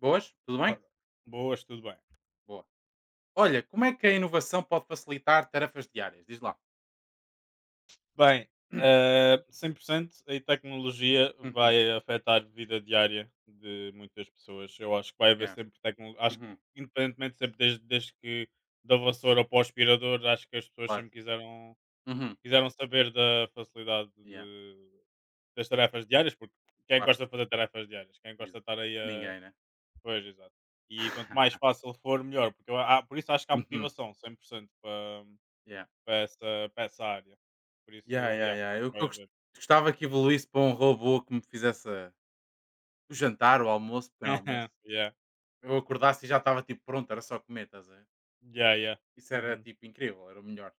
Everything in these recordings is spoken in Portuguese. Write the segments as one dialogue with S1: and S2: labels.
S1: Boas? Tudo bem?
S2: Ora, boas, tudo bem.
S1: Boa. Olha, como é que a inovação pode facilitar tarefas diárias? Diz lá.
S2: Bem, 100%. A tecnologia
S1: Uhum.
S2: vai afetar a vida diária de muitas pessoas. Eu acho que vai haver
S1: Yeah.
S2: sempre tecnologia. Acho que,
S1: Uhum.
S2: independentemente, sempre desde que da vassoura para o aspirador, acho que as pessoas
S1: Claro.
S2: sempre quiseram,
S1: Uhum.
S2: quiseram saber da facilidade
S1: Yeah.
S2: das tarefas diárias, porque quem
S1: Claro.
S2: gosta de fazer tarefas diárias? Quem gosta
S1: Exa-
S2: de estar aí a.
S1: Ninguém, né?
S2: Pois, exato. E quanto mais fácil for, melhor. Porque por isso acho que há
S1: Uhum.
S2: motivação, 100% para
S1: Yeah.
S2: Para essa para essa área. Por
S1: Yeah,
S2: isso,
S1: yeah,
S2: yeah,
S1: yeah.
S2: acho
S1: Eu, eu
S2: que vai
S1: gost-
S2: haver.
S1: gostava que evoluísse para um robô que me fizesse o jantar, o almoço, o pequeno almoço.
S2: Aham. Yeah,
S1: Eu acordasse e já estava tipo pronto, era só comer, estás a ver?
S2: yeah, yeah.
S1: Isso era
S2: Uhum,
S1: tipo incrível, era o melhor.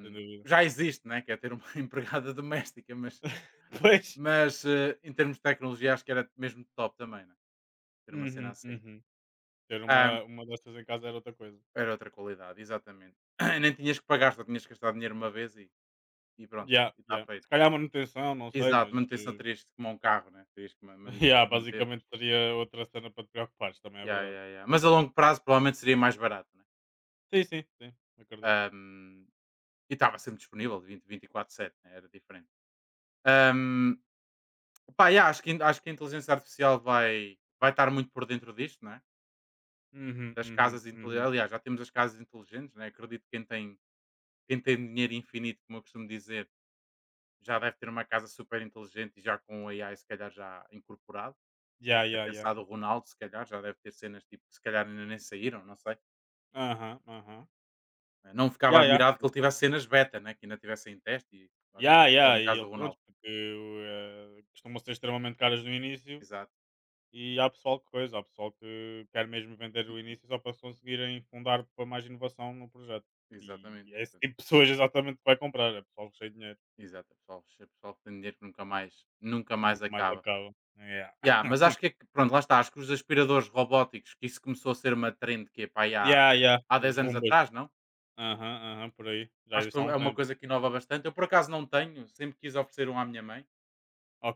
S2: sem dúvida.
S1: já existe, né? Que é ter uma empregada doméstica, mas
S2: Pois.
S1: Em termos de tecnologia, acho que era mesmo top também, né? Ter uma cena
S2: Uhum,
S1: assim.
S2: uhum. Ter
S1: Ah,
S2: uma dessas em casa era outra coisa.
S1: era outra qualidade, exatamente. Nem tinhas que pagar, só tinhas que gastar dinheiro uma vez e pronto,
S2: Yeah,
S1: e está
S2: yeah.
S1: feito.
S2: Se calhar manutenção, não sei,
S1: Exato,
S2: mas,
S1: manutenção terias que como um carro, né? Terias que
S2: yeah,
S1: manter, mas,
S2: basicamente teria outra cena para te preocupares, também é
S1: ya,
S2: verdade.
S1: ya, ya. Mas a longo prazo provavelmente seria mais barato, né?
S2: Sim, sim, sim, acredito.
S1: Ahm, e estava sempre disponível, 20, 24/7, né? Era diferente. Ahm, Pá, ya, acho que a inteligência artificial vai estar muito por dentro disto, né?
S2: Uhum,
S1: Das
S2: uhum,
S1: casas inteligentes,
S2: uhum.
S1: aliás, já temos as casas inteligentes, né, acredito que quem tem dinheiro infinito, como eu costumo dizer, já deve ter uma casa super inteligente e já com o AI se calhar já incorporado. Eu
S2: Yeah,
S1: tinha
S2: yeah, yeah.
S1: pensado o Ronaldo, se calhar, já deve ter cenas tipo que se calhar ainda nem saíram, não sei.
S2: Aham, aham.
S1: Não ficava
S2: Yeah, yeah.
S1: admirado que ele tivesse cenas beta, né, que ainda tivesse em teste e
S2: Yeah,
S1: pode
S2: yeah,
S1: no caso
S2: e
S1: do
S2: pronto,
S1: Ronaldo.
S2: porque, costumam ser extremamente caras no início.
S1: Exato.
S2: E há pessoal que quer mesmo vender o
S1: Uhum.
S2: início só para conseguirem fundar para mais inovação no projeto. E
S1: Exatamente.
S2: é esse tipo de pessoas exatamente que vai comprar, é pessoal cheio de dinheiro,
S1: Exato, é pessoal que tem dinheiro que nunca mais nunca mais
S2: nunca mais
S1: acaba.
S2: acaba. Yeah.
S1: Ya, mas acho que é que, pronto, lá está, acho que os aspiradores robóticos, que isso começou a ser uma trend, que é, pá, aí há,
S2: Yeah, yeah.
S1: há
S2: Os
S1: 10 anos
S2: Rumbas.
S1: atrás, não?
S2: Aham, aham, por aí. Já
S1: Acho que
S2: existe há um
S1: é uma
S2: tempo.
S1: coisa que inova bastante. Eu por acaso não tenho, sempre quis oferecer um à minha mãe.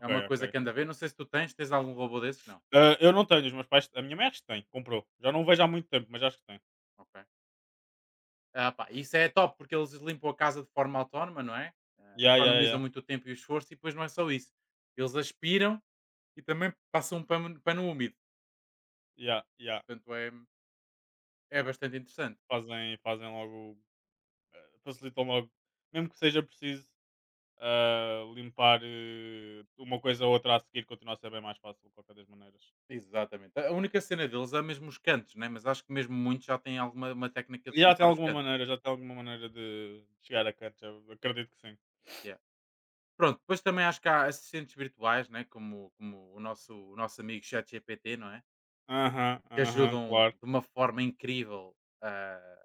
S1: É uma
S2: ok.
S1: coisa que anda a ver. Não sei se tu tens, algum robô desses? Não.
S2: Ah, eu não tenho, os meus pais. A minha mãe acho que tem, comprou. Já não vejo há muito tempo, mas acho que tem.
S1: Ok. Ah, pá, isso é top porque eles limpam a casa de forma autónoma, não é? Ah,
S2: Yeah, yeah,
S1: economizam
S2: yeah.
S1: muito o tempo e o esforço e depois não é só isso. Eles aspiram e também passam um pano, pano úmido.
S2: Yeah, yeah.
S1: Portanto, é bastante interessante.
S2: Fazem logo. Facilitam logo. Mesmo que seja preciso limpar uma coisa ou outra a seguir continua a ser bem mais fácil, de qualquer das maneiras.
S1: Exatamente. A única cena deles é mesmo os cantos, né, mas acho que mesmo muitos já têm alguma uma técnica
S2: E
S1: de
S2: já tem
S1: limpar os
S2: alguma
S1: cantos.
S2: maneira, já tem alguma maneira de chegar a canto, acredito que sim.
S1: Yeah. Pronto, depois também acho que há assistentes virtuais, né, como o nosso amigo ChatGPT, não é,
S2: Aham,
S1: que
S2: aham,
S1: ajudam
S2: claro.
S1: de uma forma incrível a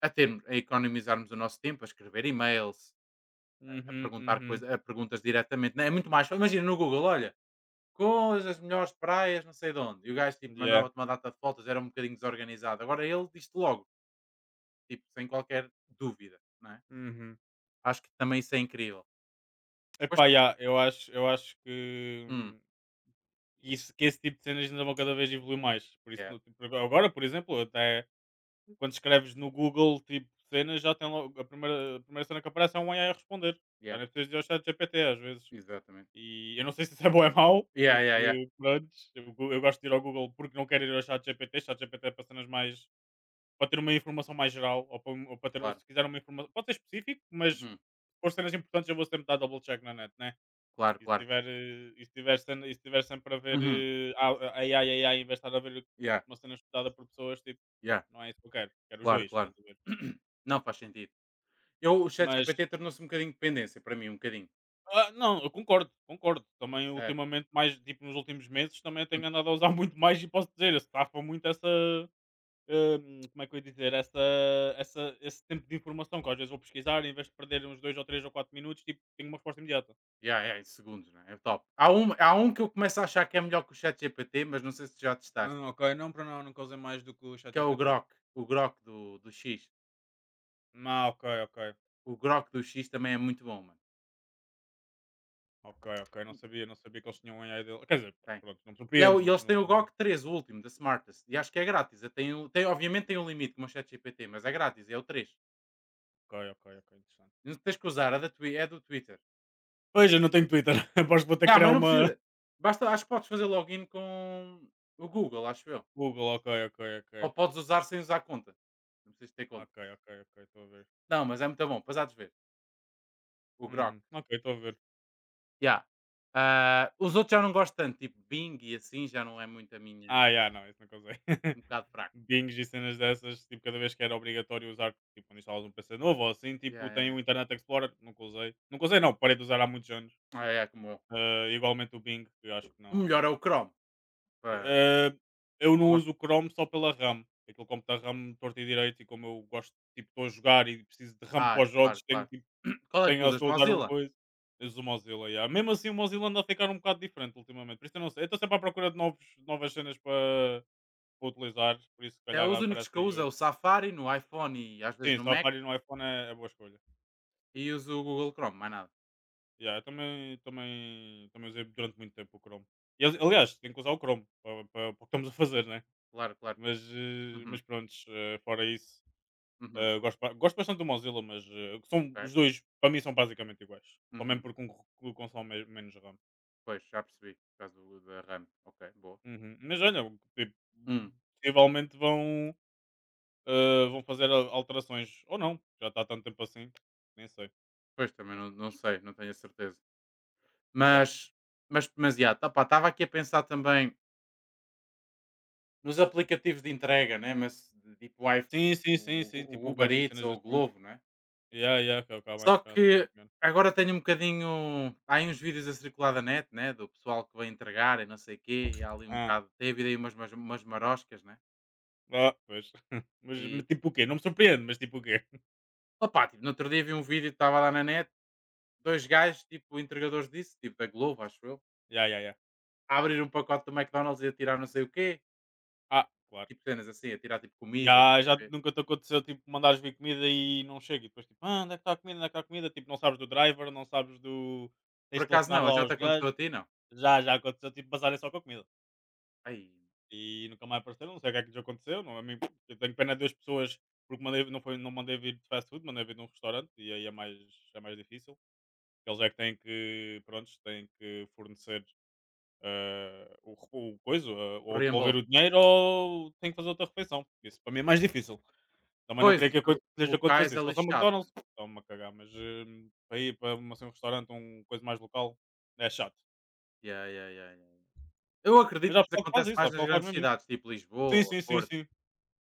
S1: a termos a economizarmos o nosso tempo, a escrever e-mails, a
S2: Uhum,
S1: perguntar
S2: uhum,
S1: coisa a perguntas diretamente, né, é muito mais fácil. Imagina no Google, olha, quais as melhores praias não sei de onde, e o gajo tipo
S2: yeah.
S1: mandava-te uma data de fotos, era um bocadinho desorganizado, agora ele diz-te logo. Tipo, sem qualquer dúvida, não é?
S2: Uhum.
S1: Acho que também isso é incrível. Pois,
S2: Epá, yeah, eu acho que,
S1: hum,
S2: isso, que esse tipo de cenas ainda vão cada vez evoluir mais. Por isso,
S1: yeah,
S2: tipo, agora, por exemplo, até quando escreves no Google, tipo, cenas, já tem logo, a primeira cena que aparece é um AI a responder. Já
S1: yeah,
S2: nem precisas dizer ao chat GPT às vezes.
S1: exatamente.
S2: E eu não sei se isso é bom ou é mau,
S1: Yeah, yeah, yeah,
S2: porque prontos, eu gosto de ir ao Google porque não quero ir ao ChatGPT. ChatGPT é para cenas mais para ter uma informação mais geral ou para um ou para ter
S1: claro.
S2: se quiser uma informação pode ser específico, mas se
S1: Uhum,
S2: for cenas importantes eu vou sempre dar double check na net, né.
S1: claro,
S2: E se
S1: claro.
S2: tiver, e se tiver cena e se tiver sempre a ver,
S1: Uhum,
S2: a AI em vez de estar a ver
S1: yeah,
S2: uma cena estudada por pessoas, tipo,
S1: yeah,
S2: não é isso que eu quero, quero os
S1: claro,
S2: 2 estás
S1: claro.
S2: a ver?
S1: Não faz sentido. Eu, o chat
S2: Mas
S1: ChatGPT tornou-se um bocadinho dependência para mim, um bocadinho.
S2: Ah, não, eu concordo, concordo. Também
S1: É,
S2: ultimamente, mais tipo nos últimos meses, também
S1: hum,
S2: tenho andado a usar muito mais e posso dizer, eu safa muito essa. Como é que eu ia dizer? Esse tempo de informação que às vezes vou pesquisar, em vez de perder uns 2 ou 3 ou 4 minutos, tipo, tenho uma resposta imediata.
S1: yeah, yeah, em segundos, não é? É top. Há um que eu começo a achar que é melhor que o chat ChatGPT, mas não sei se já testaste,
S2: Ah, ok, não, para não, nunca usei mais do que o
S1: que é o
S2: ChatGPT.
S1: Grok, o Grok do X.
S2: Ah, ok, ok.
S1: O Grok do X também é muito bom, mano.
S2: Ok, ok, não
S1: Ih,
S2: sabia, não sabia que eles tinham um AI dele. Quer dizer,
S1: tem.
S2: pronto, não me
S1: E é
S2: surpreendo,
S1: o e
S2: mas
S1: eles
S2: não
S1: têm o
S2: sabia.
S1: GOG três, o último, da Smartest, e acho que é grátis. Eh, tem um tem obviamente tem um limite como o ChatGPT, mas é grátis, é o três.
S2: Ok, ok, ok, interessante.
S1: Não tens que usar, é da twi é do Twitter.
S2: Pois, eu não tenho Twitter, aposto que vou ter que criar
S1: Mas não
S2: uma.
S1: precisa, basta, acho que podes fazer login com o Google, acho eu.
S2: Google, ok, ok,
S1: Ou
S2: ok.
S1: podes usar sem usar conta. Não precisas ter conta.
S2: Ok, ok, ok, estou a ver.
S1: Não, mas é muito bom, depois há de ver. O Grok,
S2: Uhum. Ok, estou a ver.
S1: yeah. Ah, os outros já não gosto tanto, tipo Bing e assim, já não é muito a minha,
S2: Ah, yeah, não, isso nunca usei.
S1: um bocado fraco.
S2: Bings e cenas dessas, tipo, cada vez que era obrigatório usar, tipo, quando instalas um PC novo ou assim,
S1: Yeah,
S2: tipo,
S1: yeah,
S2: tem
S1: yeah.
S2: o Internet Explorer, nunca usei. Nunca usei, não, parei de usar há muitos anos.
S1: Ah, é como eu.
S2: Igualmente o Bing, que eu acho que
S1: O
S2: não.
S1: melhor é o Chrome, pa.
S2: Eh, eu não uso o Chrome só pela RAM. Aquilo computador RAM torto e direito, e como eu gosto, tipo, estou a jogar e preciso de RAM
S1: Ah,
S2: para os
S1: claro,
S2: jogos, tenho
S1: claro.
S2: tipo,
S1: Qual é que
S2: tenho,
S1: usas?
S2: estou a só usar uma
S1: Mozilla?
S2: coisa. Uso o Mozilla, yeah. Mesmo assim o Mozilla anda a ficar um bocado diferente ultimamente, por isso eu não sei. Eu estou sempre à procura de novos, novas cenas para para utilizar, por isso se
S1: É,
S2: calhar
S1: os únicos que eu
S2: aparecem
S1: uso é o
S2: outros.
S1: Safari no iPhone e às vezes
S2: Sim,
S1: no Mac
S2: Safari no iPhone é, é boa escolha.
S1: e uso o Google Chrome, mais nada.
S2: Yeah, eu também, também, também usei durante muito tempo o Chrome. E,
S1: Pois.
S2: aliás, tenho que usar o Chrome para o que estamos a fazer, né?
S1: Claro, claro.
S2: Mas, eh,
S1: Uhum,
S2: mas pronto, fora isso,
S1: uhum,
S2: gosto, gosto bastante do Mozilla, mas
S1: ok.
S2: os dois para mim são basicamente iguais. Só mesmo
S1: Uhum.
S2: porque um consome menos RAM.
S1: Pois, já percebi, por causa do, da RAM. Ok, boa.
S2: Uhum. Mas olha, o tipo,
S1: Hum,
S2: possivelmente vão fazer alterações ou não, já está há tanto tempo assim, nem sei.
S1: Pois, também
S2: Mas,
S1: não, não sei, não tenho a certeza.
S2: yeah.
S1: Mas, mas, já, tá, pá, estava aqui a pensar também nos aplicativos de entrega, né? Mas, tipo, o, iPhone,
S2: Sim, sim, sim,
S1: o,
S2: sim,
S1: o
S2: tipo
S1: Uber
S2: Ubers e
S1: Eats
S2: cenas
S1: ou o
S2: assim.
S1: Glovo, né?
S2: Yeah, yeah, que é o carro
S1: Só
S2: mais fácil, se não me
S1: que
S2: engano.
S1: agora tenho um bocadinho, há aí uns vídeos a circular da net, né, do pessoal que vai entregar e não sei o quê, e há ali um
S2: Ah,
S1: bocado, tem havido aí umas maroscas, né,
S2: ah, pois. Mas
S1: e
S2: tipo o quê? Não me surpreende, mas tipo o quê?
S1: opá, tipo, no outro dia vi um vídeo que estava lá na net, 2 gajos, tipo, entregadores disso, tipo, da Globo, acho eu,
S2: Yeah, yeah, yeah.
S1: a abrir um pacote do McDonald's e a tirar não sei o quê,
S2: Ah, claro.
S1: tipo, cenas assim, a tirar, tipo, comida, estás
S2: Yeah,
S1: a
S2: já
S1: ver.
S2: nunca te aconteceu, tipo, mandares vir comida e não chega. E depois, tipo, ah, onde é que está a comida? Onde é que está a comida? Tipo, não sabes do driver, não sabes do.
S1: Por
S2: Tens de
S1: acaso
S2: telefonar
S1: não,
S2: lá
S1: já
S2: aos
S1: te aconteceu a
S2: gajos.
S1: ti, não?
S2: Já aconteceu, tipo, basarem só com a comida.
S1: Aí
S2: E nunca mais apareceram, não sei o que é que lhes aconteceu. Não, a mim, eu tenho pena de duas pessoas, porque mandei, não, foi, não mandei vir de fast food, mandei vir de um restaurante e aí é mais difícil. Eles é que têm que, prontos, têm que fornecer o, rep- o coisa,
S1: o
S2: ou devolver
S1: reembolso.
S2: o dinheiro, ou têm que fazer outra refeição. Isso para mim é mais difícil. Também não
S1: Pois,
S2: queria que a coisa
S1: isso
S2: lhes
S1: locais
S2: acontecesse.
S1: é
S2: Se fosse um
S1: lixado,
S2: McDonald's,
S1: mano.
S2: estão-me a cagar, mas para ir para assim, um restaurante, um coisa mais local, é chato.
S1: Yeah, yeah, yeah, yeah. Eu
S2: Mas
S1: acredito
S2: há
S1: que isso
S2: pessoal que faz
S1: acontece
S2: isso, há
S1: mais nas
S2: pessoal que faz
S1: grandes
S2: mesmo isso.
S1: cidades, tipo
S2: Sim,
S1: Lisboa,
S2: sim, sim,
S1: Porto.
S2: sim.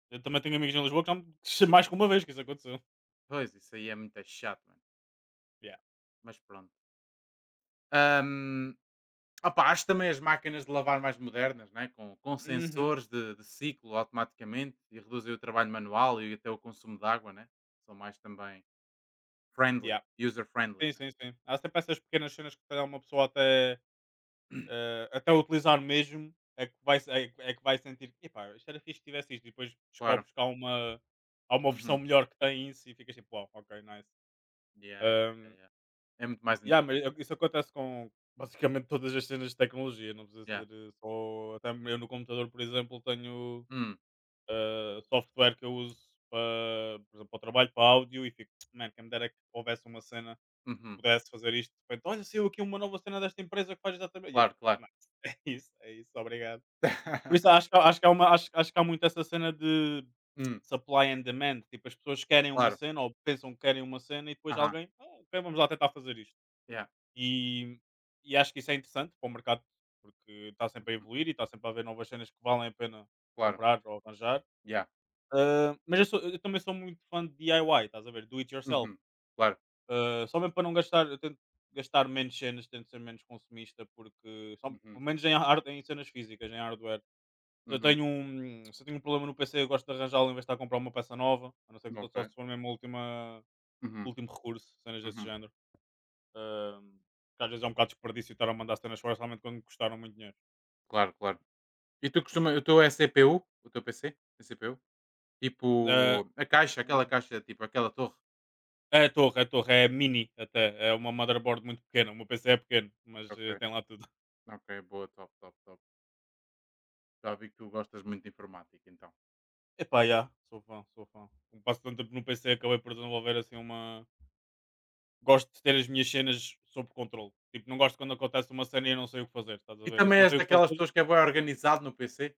S2: Eu também tenho amigos em Lisboa que já me mais que uma vez que isso aconteceu.
S1: Pois, isso aí é muito chato, mano.
S2: Yeah.
S1: Mas pronto. Ahm, Opá, acho também as máquinas de lavar mais modernas, né? Com
S2: Uhum.
S1: sensores de ciclo automaticamente e reduzem o trabalho manual e até o consumo de água, né? São mais também friendly,
S2: Yeah.
S1: user-friendly,
S2: Sim,
S1: né?
S2: sim, sim. Há sempre essas pequenas cenas que se calhar uma pessoa até, até utilizar mesmo é que vai, que é que vai sentir que "Epá, isto era fixe se tivesse isto e depois
S1: Claro.
S2: descobres que há uma versão
S1: Uhum.
S2: melhor que tem isso e ficas tipo, uau, ok, nice".
S1: Yeah, yeah, yeah,
S2: Um,
S1: yeah. É muito mais
S2: yeah,
S1: interessante.
S2: mas
S1: Né?
S2: isso acontece com basicamente todas as cenas de tecnologia, não precisa
S1: Yeah.
S2: ser só até eu no computador, por exemplo, tenho
S1: Hum,
S2: software que eu uso para, por exemplo, para o trabalho, para áudio, e fico, man, quem me dera é que houvesse uma cena,
S1: uhum.
S2: pudesse fazer isto, de repente, olha, saiu aqui uma nova cena desta empresa que faz exatamente. E eu,
S1: Claro, claro.
S2: "Nice, é isso, obrigado". Por isso acho que, acho, que há uma, acho que há muito essa cena de
S1: Hum,
S2: supply and demand, tipo, as pessoas querem uma
S1: claro.
S2: cena ou pensam que querem uma cena e depois
S1: Aham.
S2: alguém, "Ah, ok, vamos lá tentar fazer isto".
S1: Yeah.
S2: E, e acho que isso é interessante para o mercado, porque está sempre a
S1: Uhum.
S2: evoluir e está sempre a haver novas cenas que valem a pena
S1: Claro.
S2: comprar ou arranjar.
S1: Yeah.
S2: Ah, mas eu, eu também sou muito fã de DIY, estás a ver? Do it yourself.
S1: Uhum. Claro.
S2: Ah, só mesmo para não gastar, eu tento gastar menos cenas, tento ser menos consumista, porque só,
S1: Uhum,
S2: pelo menos em, em cenas físicas, em hardware. Se eu,
S1: uhum.
S2: tenho um, se eu tenho um problema no PC, eu gosto de arranjá-lo em vez de estar a comprar uma peça nova, a não ser que só
S1: Ok.
S2: só se for mesmo a última,
S1: Uhum,
S2: último recurso, cenas desse
S1: uhum.
S2: género. Ah, que às vezes é um bocado desperdício estar a mandar cenas fora, somente quando custaram muito dinheiro.
S1: Claro, claro. E tu costuma, o teu é CPU? O teu PC? É CPU? Tipo,
S2: Ah,
S1: a caixa, aquela
S2: o-
S1: caixa, tipo, aquela torre?
S2: é a torre, é a torre, é mini até. É uma motherboard muito pequena. O meu PC é pequeno, mas
S1: Ok.
S2: tem lá tudo.
S1: Ok, boa, top, top, top. Já vi que tu gostas muito de informática, então.
S2: Epá, já, sou fã, sou fã. Como passo tanto tempo no PC, acabei por desenvolver assim uma. Gosto de ter as minhas cenas sob controle. Tipo, não gosto quando acontece uma cena e eu não sei o que fazer, estás a
S1: E
S2: ver? E
S1: também
S2: não
S1: és
S2: sei o que
S1: daquelas
S2: fazer,
S1: pessoas que é bem organizado no PC?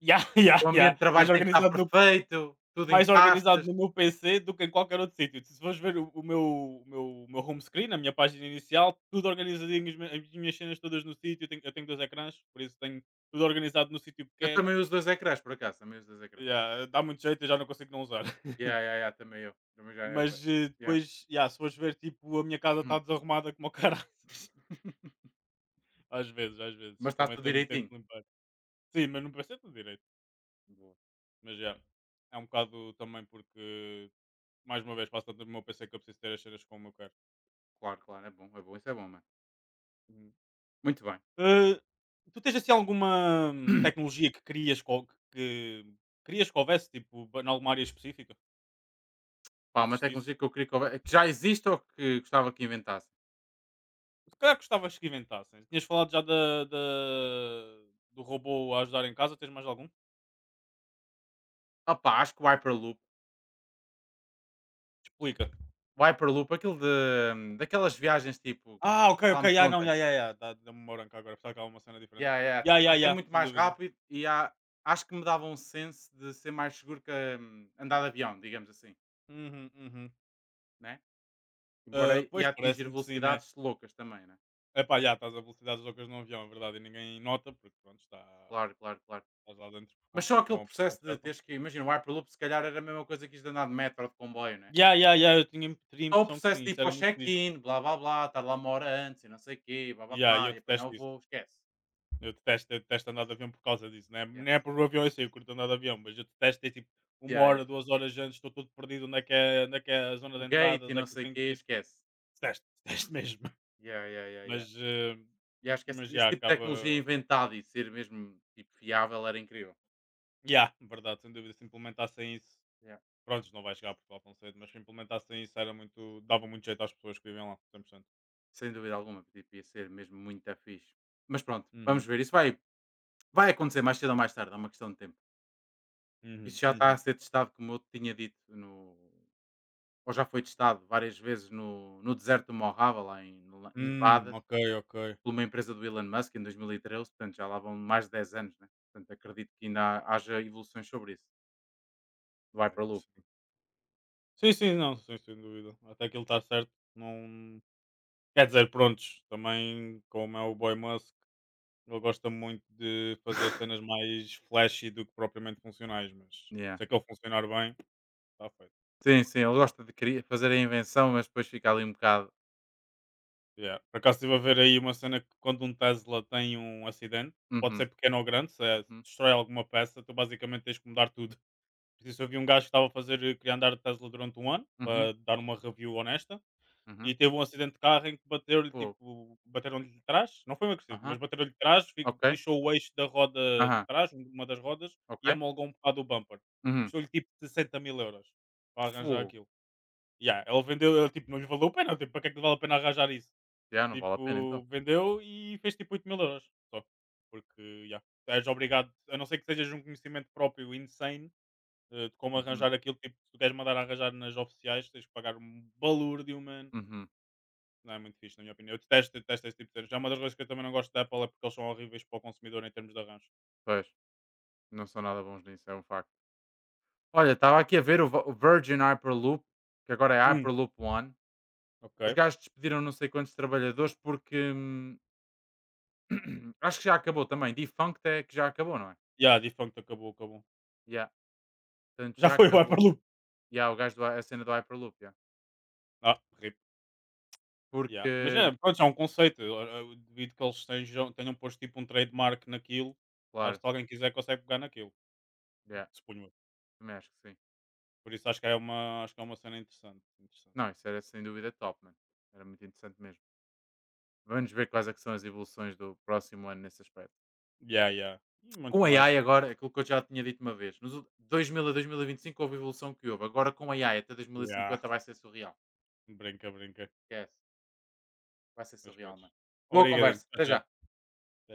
S2: Ya, ya,
S1: Tipo, o ambiente
S2: ya.
S1: de
S2: Mais
S1: trabalho tem que estar
S2: organizado no,
S1: perfeito, tudo em
S2: mais organizado
S1: pastas.
S2: no meu PC do que em qualquer outro sítio. Se fores ver o meu home screen, a minha página inicial, tudo organizadinho, as minhas cenas todas no sítio. Eu tenho dois ecrãs, por isso tenho tudo organizado no sítio que
S1: Eu
S2: quero.
S1: também uso dois ecrãs, por acaso, também uso dois ecrãs.
S2: Já, dá muito jeito, eu já não consigo não usar.
S1: Yeah, yeah, yeah, também eu. Também já é bué.
S2: Mas
S1: Yeah.
S2: depois, yeah, se fores ver, tipo, a minha casa está
S1: Hum.
S2: desarrumada como o caraças. Às vezes, às
S1: Mas
S2: vezes.
S1: está
S2: Também
S1: tudo
S2: tenho tento
S1: direitinho.
S2: limpar. Sim, mas não pensei tudo direito.
S1: Boa.
S2: Mas já. É um bocado também porque, mais uma vez, passo tanto no meu PC que eu preciso ter as cenas como eu quero.
S1: Claro, claro, é bom, isso é bom, mano.
S2: Uhum.
S1: Muito bem.
S2: Eh, tu tens assim alguma tecnologia que querias que, que querias que houvesse, tipo, em alguma área específica que
S1: Pá, uma tecnologia
S2: existisse?
S1: que eu queria que, que já existe ou que gostava que inventasse?
S2: Se calhar gostavas que inventassem. Tinhas falado já da do robô a ajudar em casa, tens mais algum?
S1: Opá, acho que o Hyperloop.
S2: Explica.
S1: O Hyperloop, aquilo de, daquelas viagens tipo,
S2: Ah, ok,
S1: que
S2: ok.
S1: falámos
S2: Já não,
S1: ontem.
S2: Dá-me uma branca agora, pensava que estava uma cena diferente.
S1: Yeah, yeah.
S2: Já,
S1: Tipo, vai
S2: já,
S1: ser
S2: já,
S1: muito
S2: sem
S1: mais
S2: dúvida.
S1: rápido e acho que me dava um senso de ser mais seguro que andar de avião, digamos assim,
S2: Uhum, uhum.
S1: né? Embora
S2: Ah, pois,
S1: ia atingir
S2: parece-me que sim, né?
S1: velocidades loucas também, né?
S2: Epá, já, estás a velocidades loucas no avião, é verdade, e ninguém nota, porque pronto, está,
S1: Claro, claro, claro.
S2: estás lá dentro com,
S1: Mas só aquele
S2: com a pessoa
S1: processo de
S2: certa.
S1: teres que, imagina, o Hyperloop se calhar era a mesma coisa que isto de andar de metro ou de comboio, né?
S2: Já, ya, ya, teria a
S1: Só o
S2: impressão que
S1: processo
S2: sim,
S1: de ir
S2: isso
S1: para
S2: era
S1: o
S2: muito fixe.
S1: check-in, blá blá blá, estar lá uma hora antes e não sei o quê, blá blá
S2: Já, e
S1: blá,
S2: eu
S1: e apanhar o
S2: detesto isso.
S1: voo, esquece.
S2: Eu detesto andar de avião por causa disso, né?
S1: Yeah.
S2: Nem é por o avião, eu sei, eu curto andar de avião, mas eu detesto ter tipo uma
S1: Yeah, yeah.
S2: hora, 2 horas antes, estou todo perdido, onde é que é, onde é que é a zona
S1: O
S2: de
S1: gate
S2: entrada,
S1: e
S2: onde é
S1: não
S2: que eu
S1: sei o
S2: tenho
S1: quê,
S2: que ir.
S1: esquece.
S2: Detesto, detesto mesmo.
S1: Yeah, yeah, yeah, yeah.
S2: Mas,
S1: E acho que
S2: mas
S1: esse
S2: já
S1: tipo de tecnologia
S2: acaba.
S1: inventada e ser mesmo tipo fiável era incrível.
S2: Já, verdade, sem dúvida. Se implementassem isso,
S1: Yeah.
S2: prontos, não vai chegar a Portugal tão cedo, mas se implementassem isso era muito. Dava muito jeito às pessoas que vivem lá, 100%.
S1: Sem dúvida alguma, tipo, ia ser mesmo muito fixe. Mas pronto, vamos
S2: Uhum,
S1: ver. Isso vai, acontecer mais cedo ou mais tarde, é uma questão de tempo. Isso
S2: uhum,
S1: já está a
S2: uhum.
S1: ser testado, como eu tinha dito, no, ou já foi testado várias vezes no deserto do Mojave, lá em Nevada
S2: Ok, ok.
S1: por uma empresa do Elon Musk em 2013, portanto já lá vão mais de 10 anos, né? Portanto acredito que ainda haja evoluções sobre isso, do
S2: Ok,
S1: Hyperloop.
S2: interessante. Sim, sim, não, sim, sem dúvida. Até aquilo está certo. Não... Quer dizer, prontos, também como é o Boy Musk, ele gosta muito de fazer cenas mais flashy do que propriamente funcionais, mas
S1: Yeah.
S2: se aquele funcionar bem, está feito.
S1: Sim, sim, ele gosta de fazer a invenção, mas depois fica ali um bocado.
S2: Yeah. Por acaso estive a ver aí uma cena que quando um Tesla tem um acidente, pode
S1: Uhum,
S2: ser pequeno ou grande, se
S1: uhum,
S2: destrói alguma peça, tu basicamente tens que mudar tudo. Por isso eu vi um gajo que estava a fazer, queria andar de Tesla durante 1 ano,
S1: uhum,
S2: para dar uma review honesta, e
S1: uhum.
S2: teve um acidente de carro em que bateu-lhe,
S1: Fogo.
S2: tipo, bateram-lhe de trás, não foi um agressivo, mas
S1: Aham,
S2: bateram-lhe de trás,
S1: ok,
S2: lixou o eixo da roda de
S1: aham,
S2: trás, uma das rodas,
S1: ok.
S2: e amolgou um bocado o bumper.
S1: Uhum.
S2: Custou-lhe tipo 60 000 € para arranjar
S1: Fogo.
S2: aquilo. Yeah, ele, tipo, não lhe valeu a pena, tipo, para que é que lhe vale a pena arranjar isso?
S1: Já não vale a pena então.
S2: Tipo, vendeu e fez tipo 8 000 € só. Porque, yeah, és obrigado, a não ser que sejas um conhecimento próprio insane, de como
S1: Uhum,
S2: arranjar aquilo, tipo, se tu queres mandar arranjar nas oficiais, tens que pagar um balúrdio, mano.
S1: uhum.
S2: Não é muito fixe, na minha opinião. Detesto esse tipo de cenas. Já é uma das coisas que eu também não gosto da Apple é porque eles são horríveis para o consumidor em termos de arranjo.
S1: Pois, não são nada bons nisso, é um facto. Olha, estava aqui a ver o o Virgin Hyperloop, que agora é
S2: Hum,
S1: Hyperloop One.
S2: ok.
S1: Os gajos despediram não sei quantos trabalhadores porque, acho que já acabou também. Defunct é que já acabou, não é?
S2: Yeah, defunct acabou, acabou.
S1: Yeah. Portanto,
S2: Já
S1: já
S2: foi o
S1: acabou.
S2: Hyperloop.
S1: Yeah, o gajo do Hy- a cena do Hyperloop, yeah.
S2: Ah, rip. Yeah. Mas
S1: Porque,
S2: é, pronto, é um conceito. Devido que eles tenham posto tipo um trademark naquilo, acho que
S1: claro,
S2: se alguém quiser consegue pegar naquilo,
S1: yeah,
S2: suponho eu.
S1: também acho que sim.
S2: Por isso acho que é uma cena interessante. Interessante.
S1: Não, isso era sem dúvida top, mano. Era muito interessante mesmo. Vamos ver quais é que são as evoluções do próximo ano nesse aspecto.
S2: Yeah, yeah. E
S1: Com
S2: muitos
S1: AI
S2: mais.
S1: agora, aquilo que eu já tinha dito uma vez, nos 2000 a 2025 houve a evolução que houve. Agora com AI até
S2: Yeah.
S1: 2050 vai ser surreal.
S2: Brinca, brinca.
S1: Esquece. Vai ser
S2: Mas
S1: surreal,
S2: pronto.
S1: mano. Boa
S2: Obrigadinho.
S1: conversa.
S2: Tchau,
S1: Até
S2: tchau.
S1: já.
S2: Até já.